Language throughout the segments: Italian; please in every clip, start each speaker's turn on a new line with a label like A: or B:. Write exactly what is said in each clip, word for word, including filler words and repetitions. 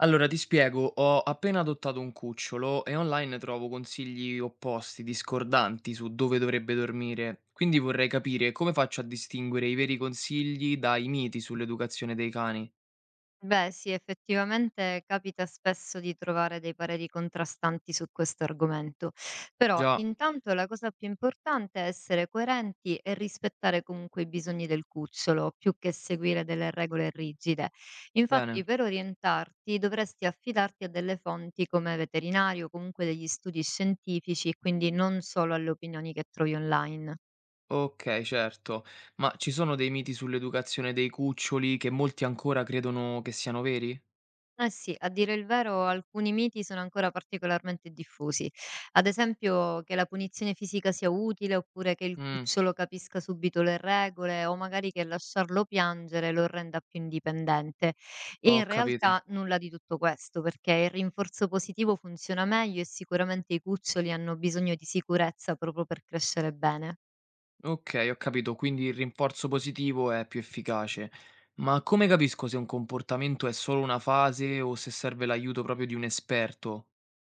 A: Allora ti spiego, ho appena adottato un cucciolo e online trovo consigli opposti, discordanti su dove dovrebbe dormire, quindi vorrei capire come faccio a distinguere i veri consigli dai miti sull'educazione dei cani.
B: Beh, sì, effettivamente capita spesso di trovare dei pareri contrastanti su questo argomento, però
A: Già,
B: intanto la cosa più importante è essere coerenti e rispettare comunque i bisogni del cucciolo, più che seguire delle regole rigide.
A: bene,
B: Infatti, per orientarti dovresti affidarti a delle fonti come veterinario, comunque degli studi scientifici, quindi non solo alle opinioni che trovi online.
A: ok, certo, ma ci sono dei miti sull'educazione dei cuccioli che molti ancora credono che siano veri?
B: Eh sì, a dire il vero alcuni miti sono ancora particolarmente diffusi. Ad esempio che la punizione fisica sia utile, oppure che il
A: Mm,
B: cucciolo capisca subito le regole, o magari che lasciarlo piangere lo renda più indipendente. E
A: ho
B: in
A: capito.
B: realtà nulla di tutto questo, perché il rinforzo positivo funziona meglio e sicuramente i cuccioli hanno bisogno di sicurezza proprio per crescere bene.
A: Okay, ho capito, quindi il rinforzo positivo è più efficace. Ma come capisco se un comportamento è solo una fase o se serve l'aiuto proprio di un esperto?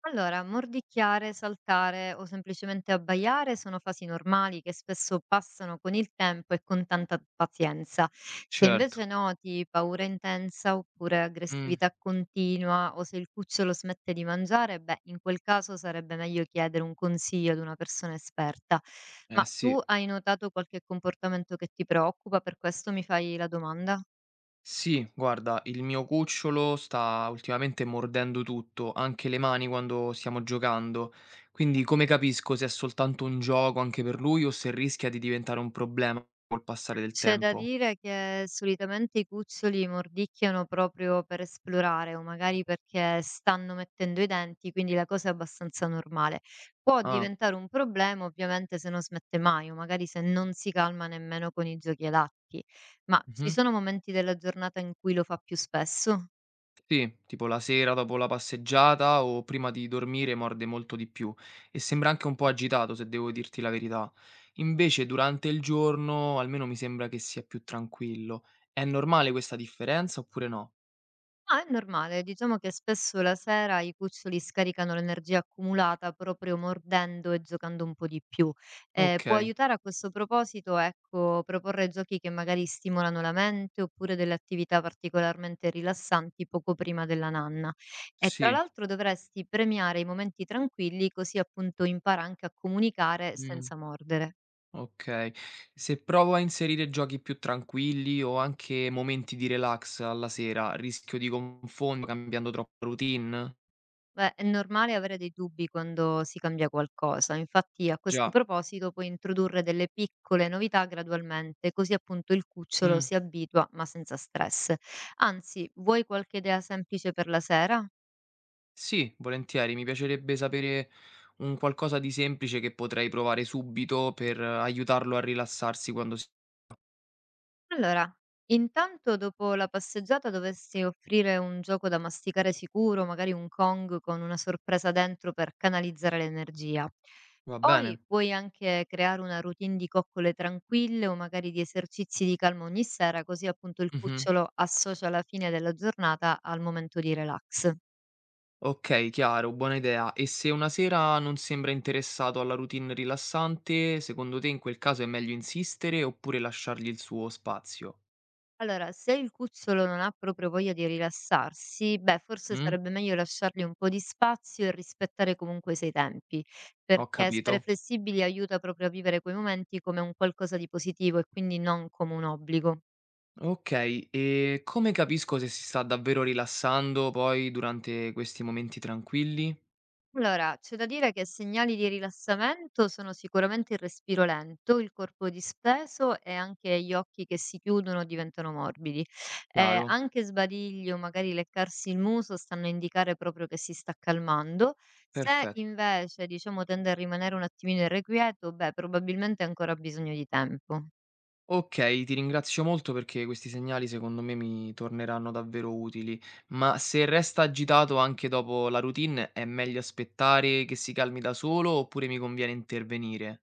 B: Allora, mordicchiare, saltare o semplicemente abbaiare sono fasi normali che spesso passano con il tempo e con tanta pazienza. Se
A: Certo.
B: invece noti paura intensa oppure
A: Mh,
B: aggressività continua o se il cucciolo smette di mangiare, beh, in quel caso sarebbe meglio chiedere un consiglio ad una persona esperta.
A: eh
B: Ma
A: sì.
B: tu hai notato qualche comportamento che ti preoccupa? Per questo mi fai la domanda?
A: Sì, guarda, il mio cucciolo sta ultimamente mordendo tutto, anche le mani quando stiamo giocando. Quindi come capisco se è soltanto un gioco anche per lui o se rischia di diventare un problema col passare del
B: C'è da
A: tempo?
B: dire che solitamente i cuccioli mordicchiano proprio per esplorare o magari perché stanno mettendo i denti, quindi la cosa è abbastanza normale. Può
A: Ah,
B: diventare un problema ovviamente se non smette mai o magari se non si calma nemmeno con i giochi adatti, ma ci
A: mh-mh.
B: sono momenti della giornata in cui lo fa più spesso?
A: Sì, tipo la sera dopo la passeggiata o prima di dormire morde molto di più e sembra anche un po' agitato, se devo dirti la verità. Invece durante il giorno almeno mi sembra che sia più tranquillo. È normale questa differenza oppure no?
B: No, è normale. Diciamo che spesso la sera i cuccioli scaricano l'energia accumulata proprio mordendo e giocando un po' di più. Eh, può
A: Okay,
B: aiutare a questo proposito, ecco, proporre giochi che magari stimolano la mente oppure delle attività particolarmente rilassanti poco prima della nanna. E tra
A: sì,
B: l'altro dovresti premiare i momenti tranquilli così appunto impara anche a comunicare
A: mh,
B: senza mordere.
A: okay. Se provo a inserire giochi più tranquilli o anche momenti di relax alla sera, rischio di confondermi cambiando troppo routine?
B: Beh, è normale avere dei dubbi quando si cambia qualcosa. Infatti, a questo
A: Già,
B: proposito, puoi introdurre delle piccole novità gradualmente, così appunto il cucciolo
A: mh.
B: si abitua ma senza stress. Anzi, vuoi qualche idea semplice per la sera?
A: Sì, volentieri, mi piacerebbe sapere un qualcosa di semplice che potrei provare subito per eh, aiutarlo a rilassarsi quando si
B: Allora, intanto dopo la passeggiata dovresti offrire un gioco da masticare sicuro, magari un Kong con una sorpresa dentro per canalizzare l'energia.
A: va bene?
B: Poi puoi anche creare una routine di coccole tranquille o magari di esercizi di calma ogni sera, così appunto il
A: Mh-mh.
B: cucciolo associa la fine della giornata al momento di relax.
A: Okay, chiaro, buona idea. E se una sera non sembra interessato alla routine rilassante, secondo te in quel caso è meglio insistere oppure lasciargli il suo spazio?
B: Allora, se il cucciolo non ha proprio voglia di rilassarsi, beh, forse
A: Mh?
B: sarebbe meglio lasciargli un po' di spazio e rispettare comunque i suoi tempi,
A: Ho
B: perché essere
A: capito.
B: flessibili aiuta proprio a vivere quei momenti come un qualcosa di positivo e quindi non come un obbligo.
A: Okay, e come capisco se si sta davvero rilassando poi durante questi momenti tranquilli?
B: Allora, c'è da dire che segnali di rilassamento sono sicuramente il respiro lento, il corpo dispeso e anche gli occhi che si chiudono o diventano morbidi. Eh,
A: Chiaro,
B: anche sbadiglio, magari leccarsi il muso, stanno a indicare proprio che si sta calmando. Se
A: perfetto.
B: invece, diciamo, tende a rimanere un attimino irrequieto, beh, probabilmente ha ancora bisogno di tempo.
A: Okay, ti ringrazio molto perché questi segnali secondo me mi torneranno davvero utili, ma se resta agitato anche dopo la routine è meglio aspettare che si calmi da solo oppure mi conviene intervenire?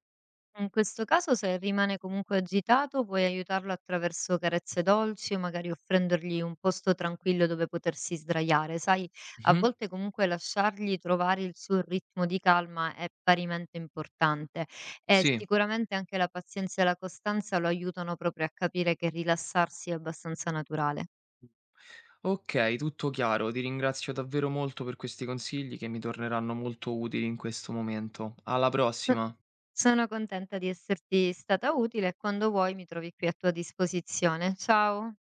B: In questo caso, se rimane comunque agitato, puoi aiutarlo attraverso carezze dolci o magari offrendogli un posto tranquillo dove potersi sdraiare. Sai, a
A: Mh-mh.
B: volte comunque lasciargli trovare il suo ritmo di calma è parimente importante e
A: Sì.
B: sicuramente anche la pazienza e la costanza lo aiutano proprio a capire che rilassarsi è abbastanza naturale.
A: Okay, tutto chiaro. Ti ringrazio davvero molto per questi consigli che mi torneranno molto utili in questo momento. Alla
B: Eh,
A: prossima.
B: Sono contenta di esserti stata utile e quando vuoi mi trovi qui a tua disposizione. Ciao!